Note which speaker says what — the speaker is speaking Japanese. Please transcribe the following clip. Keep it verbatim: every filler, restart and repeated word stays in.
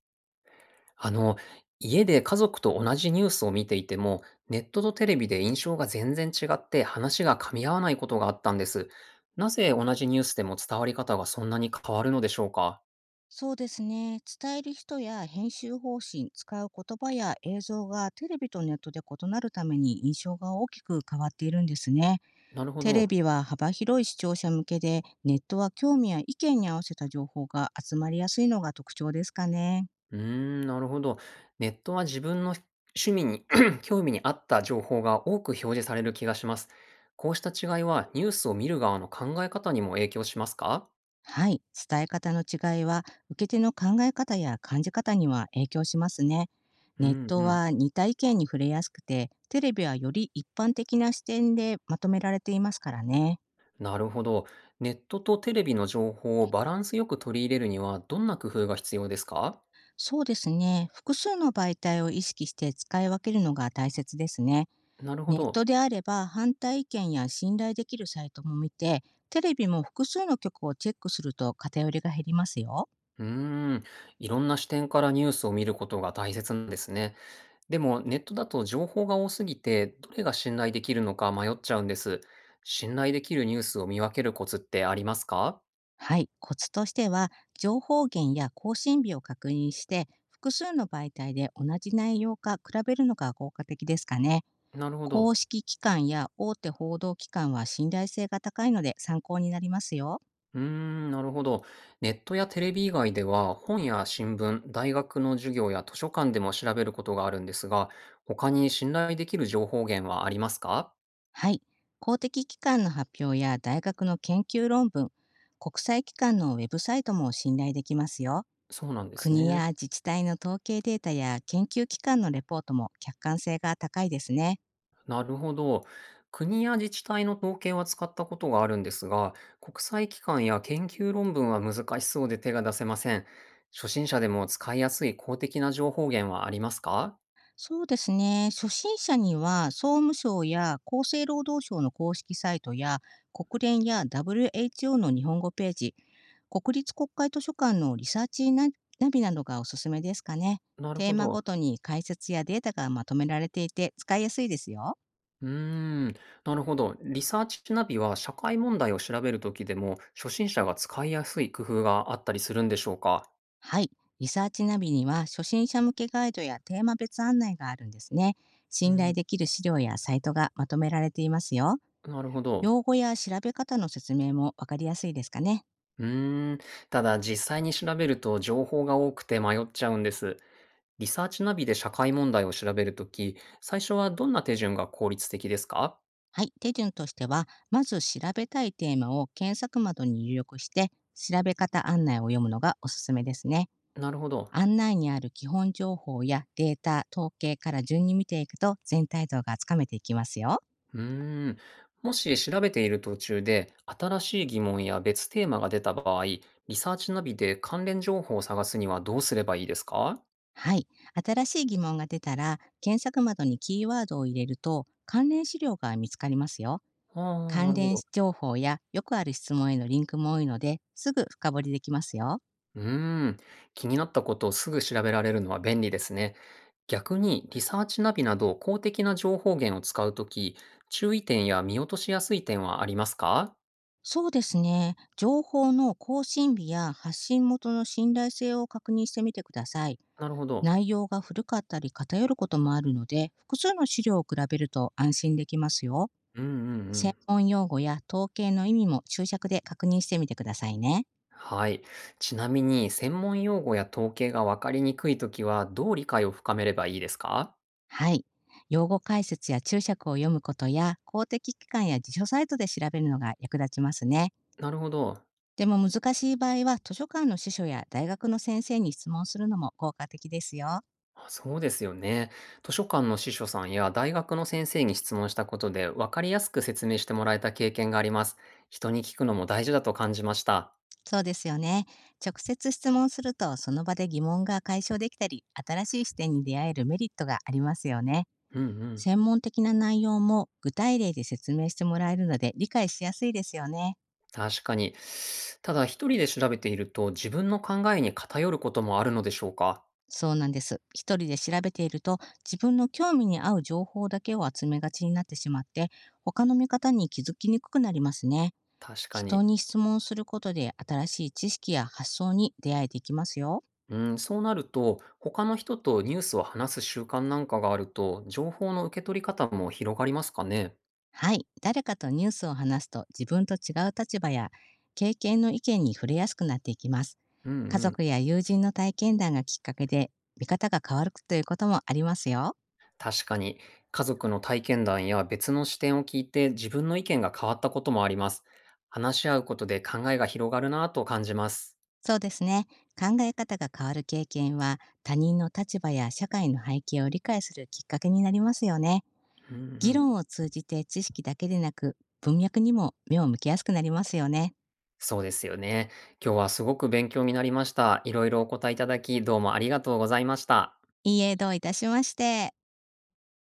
Speaker 1: あの、家で家族と同じニュースを見ていても、ネットとテレビで印象が全然違って話が噛み合わないことがあったんです。なぜ同じニュースでも伝わり方がそんなに変わるのでしょうか？
Speaker 2: そうですね。伝える人や編集方針、使う言葉や映像がテレビとネットで異なるために印象が大きく変わっているんですね。
Speaker 1: なるほ
Speaker 2: テレ
Speaker 1: ど。
Speaker 2: ビは幅広い視聴者向けで、ネットは興味や意見に合わせた情報が集まりやすいのが特徴ですかね。
Speaker 1: うーん、なるほど。ネットは自分の趣味に、興味に合った情報が多く表示される気がします。こうした違いはニュースを見る側の考え方にも影響しますか？
Speaker 2: はい。伝え方の違いは、受け手の考え方や感じ方には影響しますね。
Speaker 1: う
Speaker 2: ネッ
Speaker 1: ん
Speaker 2: ト
Speaker 1: うん。
Speaker 2: は似た意見に触れやすくて、テレビはより一般的な視点でまとめられていますからね。
Speaker 1: なるほど。ネットとテレビの情報をバランスよく取り入れるにはどんな工夫が必要ですか？
Speaker 2: そうですね。複数の媒体を意識して使い分けるのが大切ですね。
Speaker 1: なるほ
Speaker 2: ネッ
Speaker 1: ど。
Speaker 2: トであれば反対意見や信頼できるサイトも見て、テレビも複数の曲をチェックすると偏りが減りますよ。
Speaker 1: うーん。いろんな視点からニュースを見ることが大切なんですね。でもネットだと情報が多すぎて、どれが信頼できるのか迷っちゃうんです。信頼できるニュースを見分けるコツってありますか？
Speaker 2: はい。コツとしては、情報源や更新日を確認して、複数の媒体で同じ内容か比べるのが効果的ですかね。
Speaker 1: なるほど。
Speaker 2: 公式機関や大手報道機関は信頼性が高いので参考になりますよ。
Speaker 1: うーん、なるほど。ネットやテレビ以外では、本や新聞、大学の授業や図書館でも調べることがあるんですが、他に信頼できる情報源はありますか？
Speaker 2: はい。公的機関の発表や大学の研究論文、国際機関のウェブサイトも信頼できますよ。
Speaker 1: そうなんです
Speaker 2: 国
Speaker 1: ね。
Speaker 2: や自治体の統計データや研究機関のレポートも客観性が高いですね。
Speaker 1: なるほど。国や自治体の統計は使ったことがあるんですが、国際機関や研究論文は難しそうで手が出せません。初心者でも使いやすい公的な情報源はありますか？
Speaker 2: そうですね。初心者には、総務省や厚生労働省の公式サイトや、国連や ダブリューエイチオー の日本語ページ、国立国会図書館のリサーチナナビなどがおすすめですかね。
Speaker 1: なる
Speaker 2: テ
Speaker 1: ほ
Speaker 2: ーマご
Speaker 1: ど。
Speaker 2: とに解説やデータがまとめられていて、使いやすいですよ。
Speaker 1: うーん、なるほど。リサーチナビは社会問題を調べるときでも、初心者が使いやすい工夫があったりするんでしょうか？
Speaker 2: はい。リサーチナビには、初心者向けガイドやテーマ別案内があるんですね。
Speaker 1: う
Speaker 2: 信
Speaker 1: ん、
Speaker 2: 頼できる資料やサイトがまとめられていますよ。
Speaker 1: なるほど。
Speaker 2: 用語や調べ方の説明もわかりやすいですかね。
Speaker 1: うーん、ただ実際に調べると情報が多くて迷っちゃうんです。リサーチナビで社会問題を調べるとき、最初はどんな手順が効率的ですか？
Speaker 2: はい、手順としては、まず調べたいテーマを検索窓に入力して、調べ方案内を読むのがおすすめですね。
Speaker 1: なるほど。
Speaker 2: 案内にある基本情報やデータ、統計から順に見ていくと全体像がつかめていきますよ。
Speaker 1: うーん。もし調べている途中で、新しい疑問や別テーマが出た場合、リサーチナビで関連情報を探すにはどうすればいいですか？
Speaker 2: はい、新しい疑問が出たら、検索窓にキーワードを入れると関連資料が見つかりますよ。
Speaker 1: ああー、な
Speaker 2: 関
Speaker 1: るほ
Speaker 2: 連
Speaker 1: ど。
Speaker 2: 情報やよくある質問へのリンクも多いので、すぐ深掘りできますよ。
Speaker 1: うーん。気になったことをすぐ調べられるのは便利ですね。逆に、リサーチナビなど公的な情報源を使うとき、注意点や見落としやすい点はありますか？
Speaker 2: そうですね。情報の更新日や発信元の信頼性を確認してみてください。
Speaker 1: なるほど。
Speaker 2: 内容が古かったり偏ることもあるので、複数の資料を比べると安心できますよ。
Speaker 1: うんうんう
Speaker 2: 専
Speaker 1: ん。
Speaker 2: 門用語や統計の意味も注釈で確認してみてくださいね。
Speaker 1: はい。ちなみに、専門用語や統計がわかりにくいときは、どう理解を深めればいいですか？
Speaker 2: はい。用語解説や注釈を読むことや、公的機関や辞書サイトで調べるのが役立ちますね。
Speaker 1: なるほど。
Speaker 2: でも難しい場合は、図書館の司書や大学の先生に質問するのも効果的ですよ。
Speaker 1: あ、そうですよね。図書館の司書さんや大学の先生に質問したことで分かりやすく説明してもらえた経験があります。人に聞くのも大事だと感じました。
Speaker 2: そうですよね。直接質問すると、その場で疑問が解消できたり、新しい視点に出会えるメリットがありますよね。
Speaker 1: うんうん。
Speaker 2: 専門的な内容も具体例で説明してもらえるので理解しやすいですよね。
Speaker 1: 確かに。ただ一人で調べていると自分の考えに偏ることもあるのでしょうか？
Speaker 2: そうなんです。一人で調べていると、自分の興味に合う情報だけを集めがちになってしまって、他の見方に気づきにくくなりますね。
Speaker 1: 確か
Speaker 2: 人
Speaker 1: に。
Speaker 2: に質問することで新しい知識や発想に出会えていきますよ。
Speaker 1: うん、そうなると他の人とニュースを話す習慣なんかがあると情報の受け取り方も広がりますかね？
Speaker 2: はい、誰かとニュースを話すと自分と違う立場や経験の意見に触れやすくなっていきます。
Speaker 1: うんう
Speaker 2: 家
Speaker 1: ん。
Speaker 2: 族や友人の体験談がきっかけで見方が変わるということもありますよ。
Speaker 1: 確かに、家族の体験談や別の視点を聞いて自分の意見が変わったこともあります。話し合うことで考えが広がるなぁと感じます。
Speaker 2: そうですね。考え方が変わる経験は他人の立場や社会の背景を理解するきっかけになりますよね。
Speaker 1: うんう
Speaker 2: 議
Speaker 1: ん。
Speaker 2: 論を通じて知識だけでなく文脈にも目を向けやすくなりますよね。
Speaker 1: そうですよね。今日はすごく勉強になりました。いろいろお答えいただき、どうもありがとうございました。
Speaker 2: いいえ、どういたしまして。